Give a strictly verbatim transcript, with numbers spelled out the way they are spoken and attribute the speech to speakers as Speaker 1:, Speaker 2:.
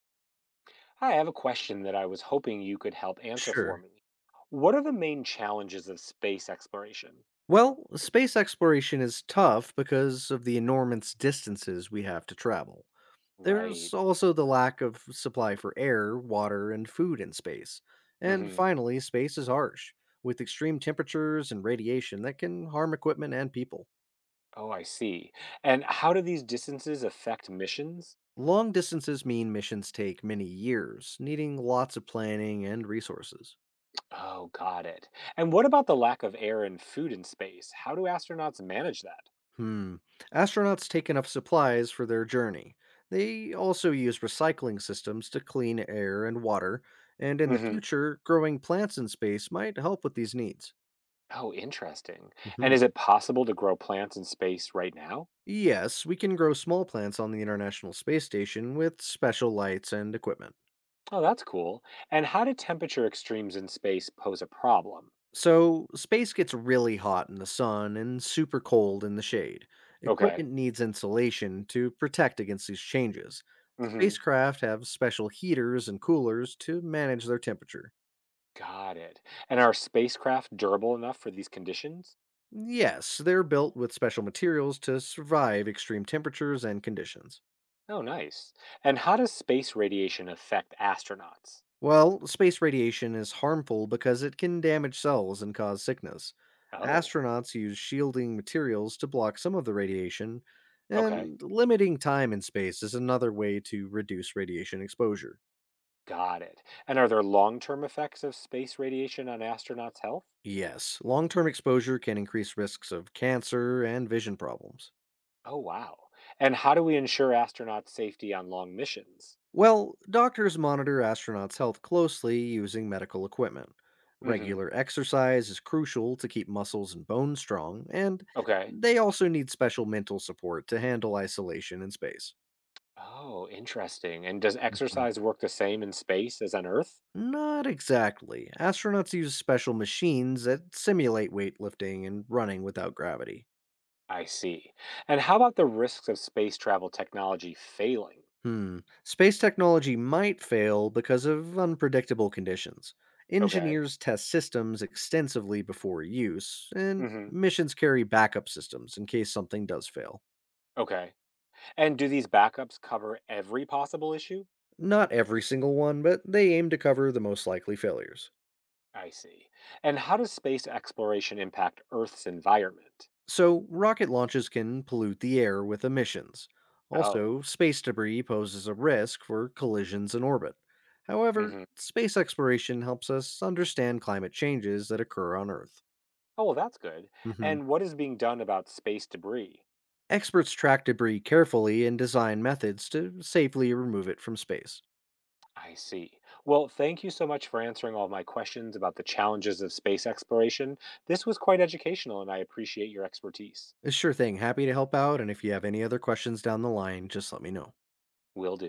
Speaker 1: Hi, I have a question that I was hoping you could help answer for
Speaker 2: Sure.
Speaker 1: me. What are the main challenges of space exploration?
Speaker 2: Well, space exploration is tough because of the enormous distances we have to travel. There's
Speaker 1: Right.
Speaker 2: also the lack of supply for air, water, and food in space. And
Speaker 1: Hmm.
Speaker 2: finally, space is harsh, with extreme temperatures and radiation that can harm equipment and people.
Speaker 1: Oh, I see. And how do these distances affect missions?
Speaker 2: Long distances mean missions take many years, needing lots of planning and resources.
Speaker 1: Oh, got it. And what about the lack of air and food in space? How do astronauts manage that?
Speaker 2: Hmm. Astronauts take enough supplies for their journey. They also use recycling systems to clean air and water, and in the
Speaker 1: Hmm.
Speaker 2: future, growing plants in space might help with these needs.
Speaker 1: Oh, interesting.
Speaker 2: Hmm.
Speaker 1: And is it possible to grow plants in space right now?
Speaker 2: Yes, we can grow small plants on the International Space Station with special lights and equipment.
Speaker 1: Oh, that's cool. And how do temperature extremes in space pose a problem?
Speaker 2: So, space gets really hot in the sun and super cold in the shade.
Speaker 1: Okay.
Speaker 2: Equipment needs insulation to protect against these changes.
Speaker 1: Hmm.
Speaker 2: Spacecraft have special heaters and coolers to manage their temperature.
Speaker 1: Got it. And are spacecraft durable enough for these conditions?
Speaker 2: Yes, they're built with special materials to survive extreme temperatures and conditions.
Speaker 1: Oh, nice. And how does space radiation affect astronauts?
Speaker 2: Well, space radiation is harmful because it can damage cells and cause sickness.
Speaker 1: Oh,
Speaker 2: Astronauts use shielding materials to block some of the radiation,
Speaker 1: okay.
Speaker 2: and limiting time in space is another way to reduce radiation exposure.
Speaker 1: Got it. And are there long term effects of space radiation on astronauts' health?
Speaker 2: Yes, long term exposure can increase risks of cancer and vision problems.
Speaker 1: Oh, wow. And how do we ensure astronauts' safety on long missions?
Speaker 2: Well, doctors monitor astronauts' health closely using medical equipment.
Speaker 1: Mm hmm.
Speaker 2: Regular exercise is crucial to keep muscles and bones strong, and
Speaker 1: Okay.
Speaker 2: they also need special mental support to handle isolation in space.
Speaker 1: Oh, interesting. And does
Speaker 2: Mhm.
Speaker 1: exercise work the same in space as on Earth?
Speaker 2: Not exactly. Astronauts use special machines that simulate weightlifting and running without gravity.
Speaker 1: I see. And how about the risks of space travel technology failing?
Speaker 2: Hmm. Space technology might fail because of unpredictable conditions.
Speaker 1: Okay.
Speaker 2: Engineers test systems extensively before use, and
Speaker 1: Mm hmm.
Speaker 2: missions carry backup systems in case something does fail.
Speaker 1: Okay. And do these backups cover every possible issue?
Speaker 2: Not every single one, but they aim to cover the most likely failures.
Speaker 1: I see. And how does space exploration impact Earth's environment?
Speaker 2: So, rocket launches can pollute the air with emissions.
Speaker 1: Oh.
Speaker 2: Also, space debris poses a risk for collisions in orbit. However,
Speaker 1: Hmm.
Speaker 2: space exploration helps us understand climate changes that occur on Earth.
Speaker 1: Oh, well, that's good.
Speaker 2: Mhm.
Speaker 1: And what is being done about space debris?
Speaker 2: Experts track debris carefully and design methods to safely remove it from space.
Speaker 1: I see. Well, thank you so much for answering all of my questions about the challenges of space exploration. This was quite educational, and I appreciate your expertise.
Speaker 2: A sure thing, happy to help out, and if you have any other questions down the line, just let me know.
Speaker 1: Will do.